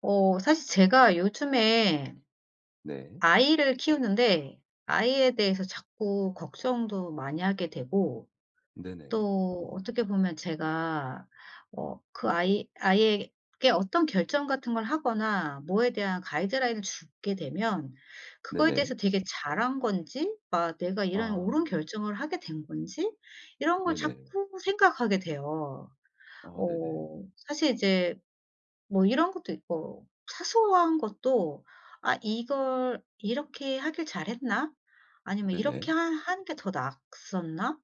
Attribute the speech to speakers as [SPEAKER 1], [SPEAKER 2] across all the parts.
[SPEAKER 1] 사실 제가 요즘에
[SPEAKER 2] 네.
[SPEAKER 1] 아이를 키우는데, 아이에 대해서 자꾸 걱정도 많이 하게 되고,
[SPEAKER 2] 네네.
[SPEAKER 1] 또 어떻게 보면 제가 그 아이에게 어떤 결정 같은 걸 하거나 뭐에 대한 가이드라인을 주게 되면, 그거에
[SPEAKER 2] 네네.
[SPEAKER 1] 대해서 되게 잘한 건지, 막 내가 이런
[SPEAKER 2] 아
[SPEAKER 1] 옳은 결정을 하게 된 건지, 이런 걸
[SPEAKER 2] 네네.
[SPEAKER 1] 자꾸 생각하게 돼요.
[SPEAKER 2] 아 네네.
[SPEAKER 1] 사실 이제 뭐 이런 것도 있고 사소한 것도, '아 이걸 이렇게 하길 잘했나?' 아니면 '이렇게
[SPEAKER 2] 네네.
[SPEAKER 1] 하 하는 게 더 낫었나?'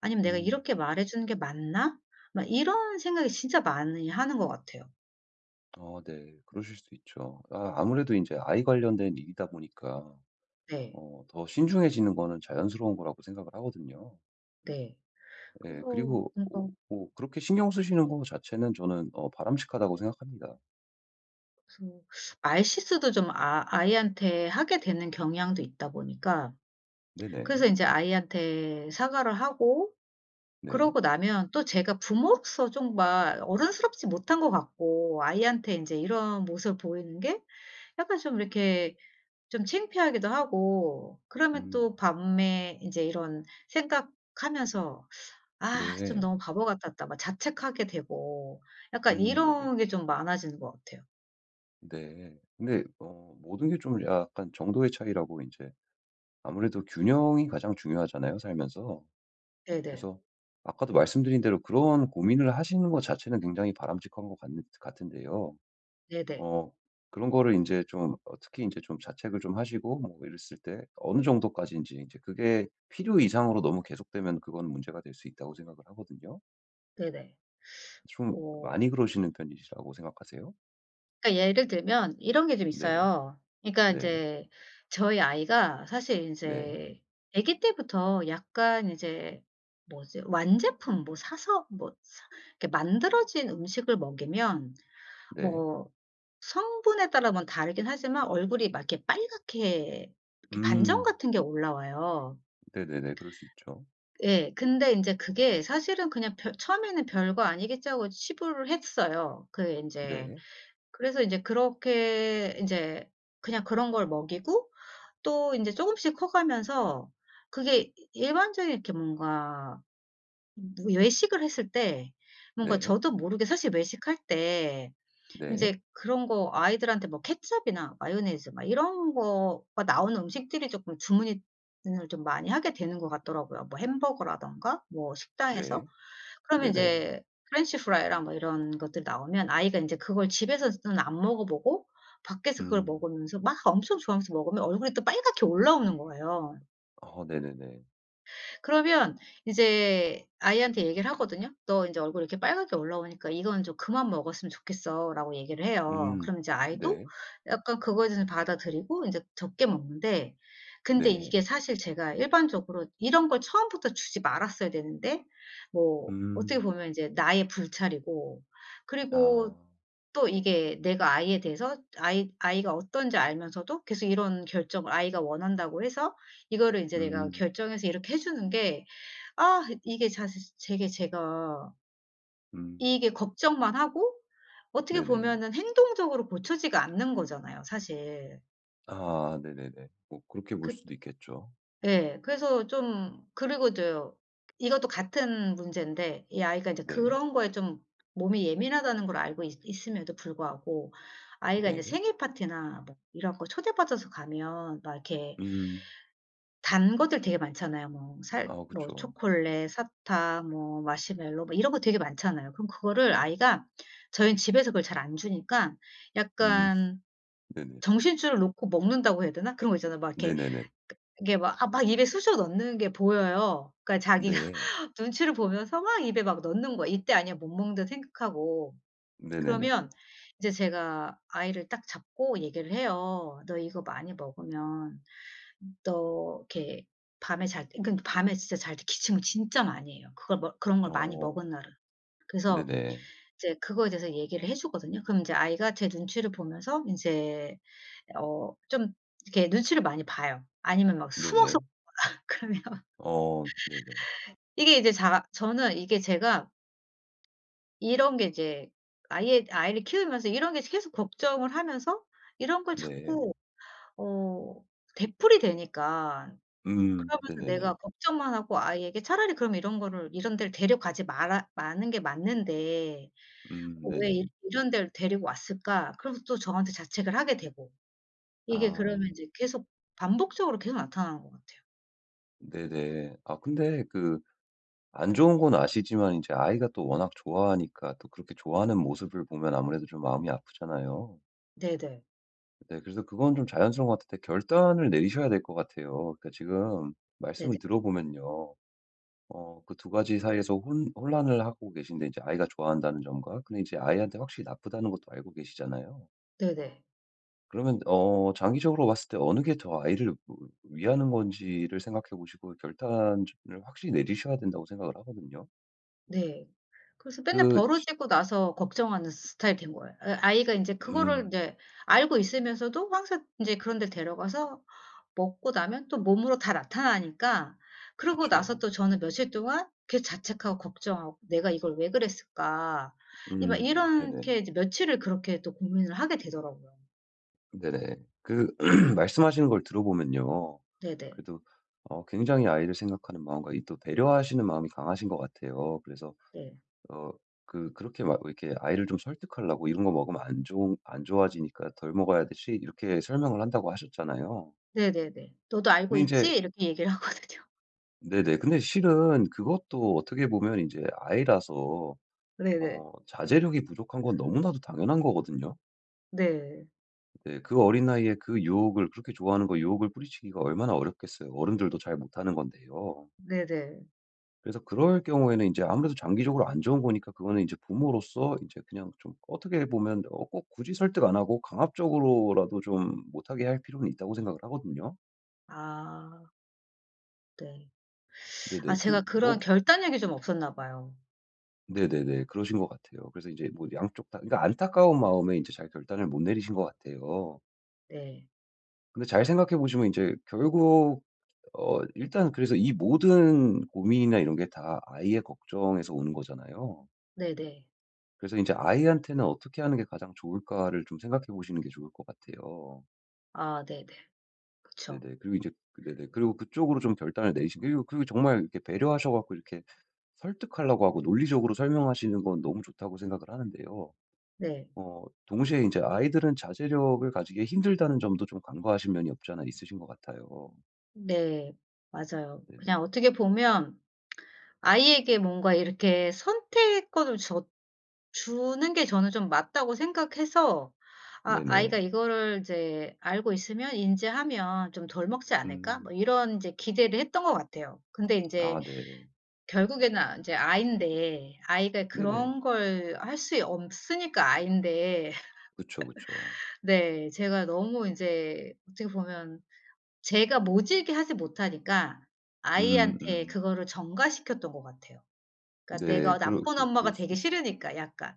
[SPEAKER 1] 아니면 '내가
[SPEAKER 2] 음.
[SPEAKER 1] 이렇게 말해 주는 게 맞나?' 막 이런 생각이 진짜 많이 하는 것 같아요.
[SPEAKER 2] 네. 그러실 수 있죠. 아 아무래도 인제 아이 관련된 일이다 보니까
[SPEAKER 1] 네.
[SPEAKER 2] 더 신중해지는 거는 자연스러운 거라고 생각을 하거든요.
[SPEAKER 1] 네.
[SPEAKER 2] 예.
[SPEAKER 1] 그래서
[SPEAKER 2] 그리고
[SPEAKER 1] 뭔가,
[SPEAKER 2] 오 뭐 그렇게 신경 쓰시는 거 자체는 저는 바람직하다고 생각합니다.
[SPEAKER 1] 그래서 말 실수도 좀 아이한테 하게 되는 경향도 있다 보니까, 그래서
[SPEAKER 2] 네네.
[SPEAKER 1] 이제 아이한테 사과를 하고,
[SPEAKER 2] 네.
[SPEAKER 1] 그러고 나면 또 제가 부모로서 좀 막 어른스럽지 못한 것 같고, 아이한테 인제 이런 모습을 보이는 게 약간 좀 이렇게 좀 창피하기도 하고, 그러면
[SPEAKER 2] 음.
[SPEAKER 1] 또 밤에 인제 이런 생각하면서 '아 좀
[SPEAKER 2] 네.
[SPEAKER 1] 너무 바보 같았다.' 막 자책하게 되고, 약간
[SPEAKER 2] 네네.
[SPEAKER 1] 이런 게 좀 많아지는 것 같아요.
[SPEAKER 2] 네. 근데 모든 게 좀 약간 정도의 차이라고 인제 아무래도 균형이 가장 중요하잖아요, 살면서.
[SPEAKER 1] 네네.
[SPEAKER 2] 그래서 아까도 말씀드린 대로 그런 고민을 하시는 것 자체는 굉장히 바람직한 것 같은데요.
[SPEAKER 1] 네네.
[SPEAKER 2] 어, 그런 거를 이제 좀 특히 이제 좀 자책을 좀 하시고 뭐 이랬을 때 어느 정도까지인지 이제 그게 필요 이상으로 너무 계속되면 그건 문제가 될 수 있다고 생각을 하거든요.
[SPEAKER 1] 네네.
[SPEAKER 2] 좀
[SPEAKER 1] 어.
[SPEAKER 2] 많이 그러시는 편이시라고 생각하세요?
[SPEAKER 1] 그러니까 예를 들면 이런 게 좀
[SPEAKER 2] 네.
[SPEAKER 1] 있어요. 그러니까
[SPEAKER 2] 네.
[SPEAKER 1] 인제 저희 아이가 사실
[SPEAKER 2] 네.
[SPEAKER 1] 인제 아기 때부터 약간 이제, 뭐지, 완제품 뭐 사서 뭐 사 이렇게 만들어진 음식을 먹이면,
[SPEAKER 2] 네.
[SPEAKER 1] 뭐 성분에 따라 뭐 다르긴 하지만 얼굴이 막 이렇게 빨갛게, 이렇게 반점
[SPEAKER 2] 음.
[SPEAKER 1] 같은 게 올라와요.
[SPEAKER 2] 네네네. 그럴 수 있죠.
[SPEAKER 1] 예. 근데 인제 그게 사실은 그냥 별 처음에는 별거 아니겠지 하고 치부를 했어요. 인제
[SPEAKER 2] 네.
[SPEAKER 1] 그래서 이제 그렇게 이제 그냥 그런 걸 먹이고, 또 인제 쪼금씩 커 가면서, 그게 일반적인 이렇게 뭔가, 뭐 외식을 했을 때 뭔가
[SPEAKER 2] 네.
[SPEAKER 1] 저도 모르게, 사실 외식할 때
[SPEAKER 2] 네.
[SPEAKER 1] 인제 그런 거 아이들한테, 뭐 케첩이나 마요네즈 막 이런 거가 나오는 음식들이 쪼끔 주문이 을 좀 많이 하게 되는 것 같더라고요. 뭐 햄버거라든가 뭐 식당에서.
[SPEAKER 2] 네.
[SPEAKER 1] 그러면
[SPEAKER 2] 네네.
[SPEAKER 1] 인제 프렌치 프라이랑 뭐 이런 것들 나오면, 아이가 인제 그걸 집에서는 안 먹어 보고 밖에서 그걸
[SPEAKER 2] 음.
[SPEAKER 1] 먹으면서 막 엄청 좋아하면서 먹으면 얼굴이 또 빨갛게 올라오는 거예요.
[SPEAKER 2] 어 네네네.
[SPEAKER 1] 그러면 이제 아이한테 얘기를 하거든요. "너 인제 얼굴이 이렇게 빨갛게 올라오니까 이건 좀 그만 먹었으면 좋겠어."라고 얘기를 해요.
[SPEAKER 2] 음.
[SPEAKER 1] 그럼 이제 아이도
[SPEAKER 2] 네.
[SPEAKER 1] 약간 그거에 대해서 받아들이고 인제 적게 먹는데, 근데
[SPEAKER 2] 네.
[SPEAKER 1] 이게 사실 제가 일반적으로 이런 걸 처음부터 주지 말았어야 되는데, 뭐 어떻게
[SPEAKER 2] 음.
[SPEAKER 1] 보면 이제 나의 불찰이고, 그리고
[SPEAKER 2] 아.
[SPEAKER 1] 또 이게 내가 아이에 대해서 아이가 어떤지 알면서도 계속 이런 결정을 아이가 원한다고 해서 이거를 인제 내가
[SPEAKER 2] 음.
[SPEAKER 1] 결정해서 이렇게 해 주는 게, 이게 사실 되게 제가,
[SPEAKER 2] 음.
[SPEAKER 1] 이게 걱정만 하고 어떻게
[SPEAKER 2] 네네.
[SPEAKER 1] 보면은 행동적으로 고쳐지가 않는 거잖아요, 사실.
[SPEAKER 2] 아 네네네. 뭐 그렇게 볼
[SPEAKER 1] 그
[SPEAKER 2] 수도 있겠죠.
[SPEAKER 1] 예. 그래서 좀, 그리고 저요, 이것도 같은 문제인데, 이 아이가 이제
[SPEAKER 2] 네.
[SPEAKER 1] 그런 거에 좀 몸이 예민하다는 걸 알고 있 있음에도 불구하고, 아이가 이제
[SPEAKER 2] 네.
[SPEAKER 1] 생일 파티나 뭐 이런 거 초대받아서 가면 막 이렇게
[SPEAKER 2] 음.
[SPEAKER 1] 단 것들 되게 많잖아요. 뭐 살
[SPEAKER 2] 아
[SPEAKER 1] 뭐
[SPEAKER 2] 그쵸.
[SPEAKER 1] 초콜릿, 사탕, 뭐 마시멜로, 뭐 이런 거 되게 많잖아요. 그럼 그거를 아이가, 저희는 집에서 그걸 잘 안 주니까,
[SPEAKER 2] 음.
[SPEAKER 1] 약간
[SPEAKER 2] 네네.
[SPEAKER 1] 정신줄을 놓고 먹는다고 해야 되나? 그런 거 있잖아요. 막 이렇게,
[SPEAKER 2] 네네네.
[SPEAKER 1] 이게 막 입에 쑤셔 넣는 게 보여요. 그러니까 자기가
[SPEAKER 2] 네.
[SPEAKER 1] 눈치를 보면서 막 입에 막 넣는 거야. '이때 아니야, 못 먹는다.' 생각하고.
[SPEAKER 2] 네네네.
[SPEAKER 1] 그러면 이제 제가 아이를 딱 잡고 얘기를 해요. "너 이거 많이 먹으면 또 이렇게 밤에 잘 때, 그러니까 밤에 진짜 잘 때 기침을 진짜 많이 해요. 그걸, 뭐 그런 걸 많이
[SPEAKER 2] 어.
[SPEAKER 1] 먹은 날은." 그래서
[SPEAKER 2] 네네.
[SPEAKER 1] 이제 그거에 대해서 얘기를 해 주거든요. 그럼 인제 아이가 제 눈치를 보면서 인제 좀 이렇게 눈치를 많이 봐요. 아니면 막 숨어서
[SPEAKER 2] 네네.
[SPEAKER 1] 그러면
[SPEAKER 2] 어 네네.
[SPEAKER 1] 이게 이제 자 저는, 이게 제가 이런 게 이제 아이의 아이를 키우면서 이런 게 계속 걱정을 하면서 이런 걸
[SPEAKER 2] 네.
[SPEAKER 1] 자꾸 어 되풀이 되니까,
[SPEAKER 2] 음.
[SPEAKER 1] 그러면서
[SPEAKER 2] 네네네.
[SPEAKER 1] 내가 걱정만 하고 아이에게 차라리 그럼 이런 거를 이런 데를 데려가지 마라 마는 게 맞는데, '왜
[SPEAKER 2] 네네.
[SPEAKER 1] 이 이런 데를 데리고 왔을까?' 그러면서 또 저한테 자책을 하게 되고. 이게
[SPEAKER 2] 아
[SPEAKER 1] 그러면 이제 계속 반복적으로 계속 나타나는 것 같아요.
[SPEAKER 2] 네네. 아 근데 그 안 좋은 건 아시지만 이제 아이가 또 워낙 좋아하니까 또 그렇게 좋아하는 모습을 보면 아무래도 좀 마음이 아프잖아요.
[SPEAKER 1] 네네.
[SPEAKER 2] 네, 그래서 그건 좀 자연스러운 것 같은데 결단을 내리셔야 될 것 같아요. 그러니까 지금 말씀을
[SPEAKER 1] 네네.
[SPEAKER 2] 들어보면요. 그 두 가지 사이에서 혼 혼란을 하고 계신데 이제 아이가 좋아한다는 점과 근데 이제 아이한테 확실히 나쁘다는 것도 알고 계시잖아요.
[SPEAKER 1] 네네.
[SPEAKER 2] 그러면 장기적으로 봤을 때 어느 게 더 아이를 뭐 위하는 건지를 생각해 보시고 결단을 확실히 내리셔야 된다고 생각을 하거든요.
[SPEAKER 1] 네. 그래서 맨날
[SPEAKER 2] 그 지
[SPEAKER 1] 벌어지고 나서 걱정하는 스타일이 된 거예요. 아이가 인제 그거를
[SPEAKER 2] 음.
[SPEAKER 1] 인제 알고 있으면서도 항상 인제 그런 데 데려가서 먹고 나면 또 몸으로 다 나타나니까, 그러고 나서
[SPEAKER 2] 그쵸.
[SPEAKER 1] 또 저는 며칠 동안 자책하고 걱정하고 '내가 이걸 왜 그랬을까?' 이 막
[SPEAKER 2] 네네.
[SPEAKER 1] 이렇게 이제 며칠을 그렇게 또 고민을 하게 되더라고요.
[SPEAKER 2] 네네. 그 말씀하시는 걸 들어보면요.
[SPEAKER 1] 네네.
[SPEAKER 2] 그래도 굉장히 아이를 생각하는 마음과 이또 배려하시는 마음이 강하신 것 같아요. 그래서
[SPEAKER 1] 네.
[SPEAKER 2] 어, 그렇게 막 이렇게 아이를 좀 설득하려고 "이런 거 먹으면 안 좋아지니까 덜 먹어야 되지." 이렇게 설명을 한다고 하셨잖아요.
[SPEAKER 1] 네네네. "너도 알고
[SPEAKER 2] 근데 이
[SPEAKER 1] 있지?"
[SPEAKER 2] 제
[SPEAKER 1] 이렇게 얘기를 하거든요.
[SPEAKER 2] 네네. 근데 실은 그것도 어떻게 보면 이제 아이라서
[SPEAKER 1] 네네.
[SPEAKER 2] 자제력이 부족한 건 너무나도 당연한 거거든요.
[SPEAKER 1] 네.
[SPEAKER 2] 네. 그 어린 나이에 그 유혹을 그렇게 좋아하는 거 유혹을 뿌리치기가 얼마나 어렵겠어요. 어른들도 잘 못하는 건데요.
[SPEAKER 1] 네네.
[SPEAKER 2] 그래서 그럴 경우에는 이제 아무래도 장기적으로 안 좋은 거니까 그거는 이제 부모로서 이제 그냥 좀 어떻게 보면 꼭 굳이 설득 안 하고 강압적으로라도 좀 못하게 할 필요는 있다고 생각을 하거든요.
[SPEAKER 1] 아 네. 아
[SPEAKER 2] 네네. 그
[SPEAKER 1] 제가 그런
[SPEAKER 2] 뭐
[SPEAKER 1] 결단력이 좀 없었나 봐요.
[SPEAKER 2] 네네네. 그러신 것 같아요. 그래서 이제 뭐 양쪽 다 그러니까 안타까운 마음에 이제 잘 결단을 못 내리신 것 같아요.
[SPEAKER 1] 네.
[SPEAKER 2] 근데 잘 생각해 보시면 이제 결국 일단 그래서 이 모든 고민이나 이런 게 다 아이의 걱정에서 오는 거잖아요.
[SPEAKER 1] 네네.
[SPEAKER 2] 그래서 이제 아이한테는 어떻게 하는 게 가장 좋을까를 좀 생각해 보시는 게 좋을 것 같아요.
[SPEAKER 1] 아 네네. 그쵸.
[SPEAKER 2] 네네. 그리고 이제 그 네네. 그리고 그쪽으로 좀 결단을 내리시 그리고 그리고 정말 이렇게 배려하셔 갖고 이렇게 설득하려고 하고 논리적으로 설명하시는 건 너무 좋다고 생각을 하는데요.
[SPEAKER 1] 네.
[SPEAKER 2] 동시에 이제 아이들은 자제력을 가지기에 힘들다는 점도 좀 간과하신 면이 없지 않아 있으신 것 같아요.
[SPEAKER 1] 네. 맞아요.
[SPEAKER 2] 네네.
[SPEAKER 1] 그냥 어떻게 보면 아이에게 뭔가 이렇게 선택권을 줘 주는 게 저는 좀 맞다고 생각해서, 아이가
[SPEAKER 2] 네네.
[SPEAKER 1] 이거를 이제 알고 있으면 인지하면 좀 '덜 먹지 않을까?' 뭐
[SPEAKER 2] 음.
[SPEAKER 1] 이런 인제 기대를 했던 것 같아요. 근데 인제
[SPEAKER 2] 아 네.
[SPEAKER 1] 결국에는, 인제 아인데, 아이가
[SPEAKER 2] 네네.
[SPEAKER 1] 그런 걸 할 수 없으니까 아인데,
[SPEAKER 2] 그쵸, 그쵸.
[SPEAKER 1] 네. 제가 너무 인제 어떻게 보면 제가 모질게 하지 못하니까
[SPEAKER 2] 음
[SPEAKER 1] 아이한테
[SPEAKER 2] 음.
[SPEAKER 1] 그거를 전가시켰던 것 같아요. 그러니까
[SPEAKER 2] 네.
[SPEAKER 1] 내가
[SPEAKER 2] 그러
[SPEAKER 1] 나쁜
[SPEAKER 2] 그 그럴
[SPEAKER 1] 엄마가
[SPEAKER 2] 수도
[SPEAKER 1] 되기
[SPEAKER 2] 있습 니다
[SPEAKER 1] 싫으니까 약간.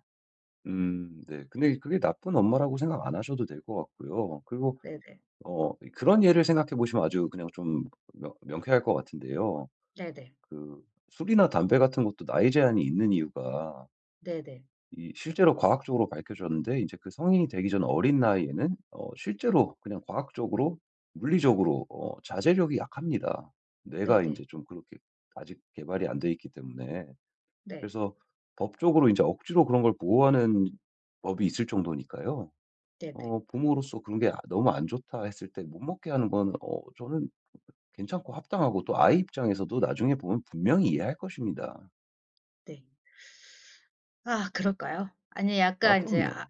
[SPEAKER 2] 네. 근데 그게 나쁜 엄마라고 생각 안 하셔도 될 것 같고요. 그리고
[SPEAKER 1] 네네.
[SPEAKER 2] 그런 예를 생각해 보시면 아주 그냥 좀 명 명쾌할 것 같은데요.
[SPEAKER 1] 네네.
[SPEAKER 2] 그 술이나 담배 같은 것도 나이 제한이 있는 이유가
[SPEAKER 1] 네네.
[SPEAKER 2] 이 실제로 과학적으로 밝혀졌는데 이제 그 성인이 되기 전 어린 나이에는 실제로 그냥 과학적으로 물리적으로 자제력이 약합니다. 뇌가 이
[SPEAKER 1] 네네.
[SPEAKER 2] 제 좀 그렇게 아직 개발이 안 돼 있기 때문에.
[SPEAKER 1] 네.
[SPEAKER 2] 그래서 법적으로 이제 억지로 그런 걸 보호하는 법이 있을 정도니까요.
[SPEAKER 1] 네네.
[SPEAKER 2] 부모로서 그런 게 '아 너무 안 좋다.' 했을 때 못 먹게 하는 건 어, 저는 괜찮고 합당하고 또 아이 입장에서도 나중에 보면 분명히 이해할 것입니다.
[SPEAKER 1] 네. 아 그럴까요? 아니
[SPEAKER 2] 아
[SPEAKER 1] 약간 인제
[SPEAKER 2] 그럼요.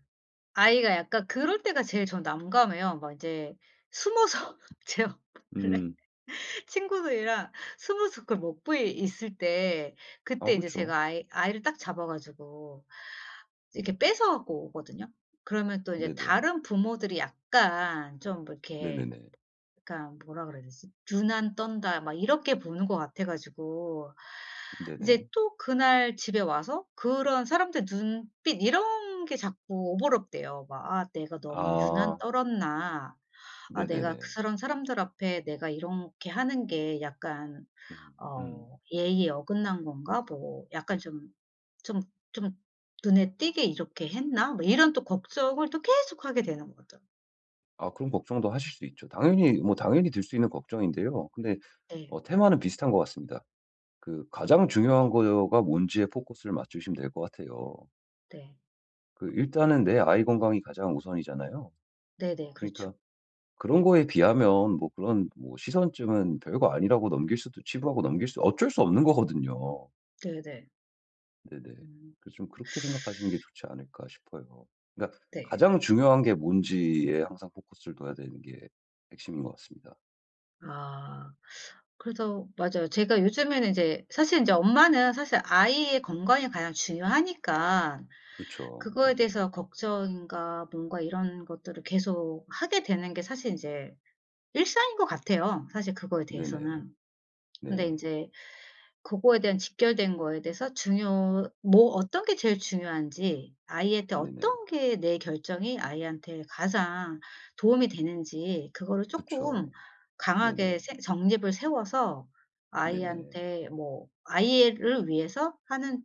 [SPEAKER 1] 아이가 약간 그럴 때가 제일 전 난감해요. 막 인제 숨어서 제가 몰래
[SPEAKER 2] 음.
[SPEAKER 1] 친구들이랑 스무스쿨 목부에 있을 때,
[SPEAKER 2] 아
[SPEAKER 1] 그때 이제
[SPEAKER 2] 그쵸.
[SPEAKER 1] 제가 아이를 딱 잡아 가지고 이렇게 뺏어 갖고 오거든요. 그러면 또 이제
[SPEAKER 2] 네네.
[SPEAKER 1] 다른 부모들이 약간 좀 뭐 이렇게,
[SPEAKER 2] 네네네.
[SPEAKER 1] 약간 뭐라 그래야 되지? '유난 떤다.' 막 이렇게 보는 것 같아 가지고,
[SPEAKER 2] 네네.
[SPEAKER 1] 이제 또 그날 집에 와서 그런 사람들 눈빛 이런 게 자꾸 오버럽돼요. 막 '아 내가 너무 유난
[SPEAKER 2] 아.
[SPEAKER 1] 떨었나? 아 내가 그
[SPEAKER 2] 네네네.
[SPEAKER 1] 사람들 앞에 내가 이렇게 하는 게 약간
[SPEAKER 2] 음. 음.
[SPEAKER 1] 예의에 어긋난 건가?' 뭐 약간 좀 좀 '눈에 띄게 이렇게 했나?' 뭐 이런 또 걱정을 또 계속 하게 되는 거죠.
[SPEAKER 2] 아 그런 걱정도 하실 수 있죠. 당연히 뭐 당연히 들 수 있는 걱정인데요. 근데
[SPEAKER 1] 네.
[SPEAKER 2] 테마는 비슷한 것 같습니다. 그 가장 중요한 거가 뭔지에 포커스를 맞추시면 될 것 같아요.
[SPEAKER 1] 네.
[SPEAKER 2] 그 일단은 내 아이 건강이 가장 우선이잖아요.
[SPEAKER 1] 네네.
[SPEAKER 2] 그러니까
[SPEAKER 1] 그렇죠.
[SPEAKER 2] 그런 거에 비하면 뭐 그런 뭐 시선쯤은 별거 아니라고 넘길 수도 치부하고 넘길 수 어쩔 수 없는 거거든요.
[SPEAKER 1] 네네.
[SPEAKER 2] 네네.
[SPEAKER 1] 음.
[SPEAKER 2] 그래서 좀 그렇게 생각하시는 게 좋지 않을까 싶어요. 그러니까
[SPEAKER 1] 네.
[SPEAKER 2] 가장 중요한 게 뭔지에 항상 포커스를 둬야 되는 게 핵심인 것 같습니다.
[SPEAKER 1] 아. 그래서 맞아요. 제가 요즘에는 이제 사실 이제 엄마는, 사실 아이의 건강이 가장 중요하니까
[SPEAKER 2] 그쵸.
[SPEAKER 1] 그거에
[SPEAKER 2] 네네.
[SPEAKER 1] 대해서 걱정인가 뭔가 이런 것들을 계속 하게 되는 게 사실 이제 일상인 것 같아요, 사실 그거에
[SPEAKER 2] 네네.
[SPEAKER 1] 대해서는. 근데
[SPEAKER 2] 네.
[SPEAKER 1] 인제 그거에 대한 직결된 거에 대해서, 중요 뭐 어떤 게 제일 중요한지, 아이한테
[SPEAKER 2] 네네.
[SPEAKER 1] 어떤 게, 내 결정이 아이한테 가장 도움이 되는지, 그거를 쪼끔
[SPEAKER 2] 그쵸.
[SPEAKER 1] 강하게
[SPEAKER 2] 네네.
[SPEAKER 1] 세 정립을 세워서
[SPEAKER 2] 네네.
[SPEAKER 1] 아이한테, 뭐 아이를 위해서 하는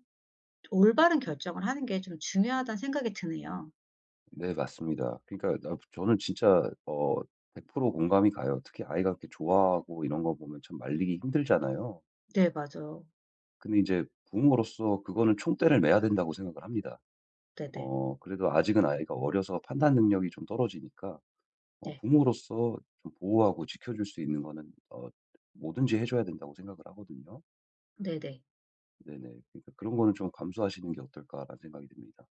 [SPEAKER 1] 올바른 결정을 하는 게 좀 중요하다는 생각이 드네요.
[SPEAKER 2] 네, 맞습니다. 그러니까 저는 진짜 어, 100% 공감이 가요. 특히 아이가 그렇게 좋아하고 이런 거 보면 참 말리기 힘들잖아요.
[SPEAKER 1] 네 맞아요.
[SPEAKER 2] 근데 이제 부모로서 그거는 총대를 매야 된다고 생각을 합니다.
[SPEAKER 1] 네네.
[SPEAKER 2] 어, 그래도 아직은 아이가 어려서 판단 능력이 좀 떨어지니까 어,
[SPEAKER 1] 네.
[SPEAKER 2] 부모로서 좀 보호하고 지켜줄 수 있는 거는 어, 뭐든지 해줘야 된다고 생각을 하거든요.
[SPEAKER 1] 네네.
[SPEAKER 2] 네네. 그러니까 그런 거는 좀 감수하시는 게 어떨까라는 생각이 듭니다.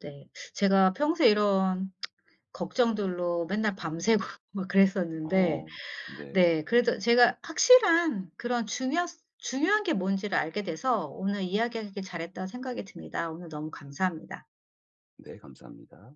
[SPEAKER 1] 네. 제가 평소에 이런 걱정들로 맨날 밤새고 막 그랬었는데,
[SPEAKER 2] 어, 네.
[SPEAKER 1] 네. 그래도 제가 확실한 그런 중요한 게 뭔지를 알게 돼서 오늘 이야기하길 잘했다고 생각이 듭니다. 오늘 너무 감사합니다.
[SPEAKER 2] 네, 감사합니다.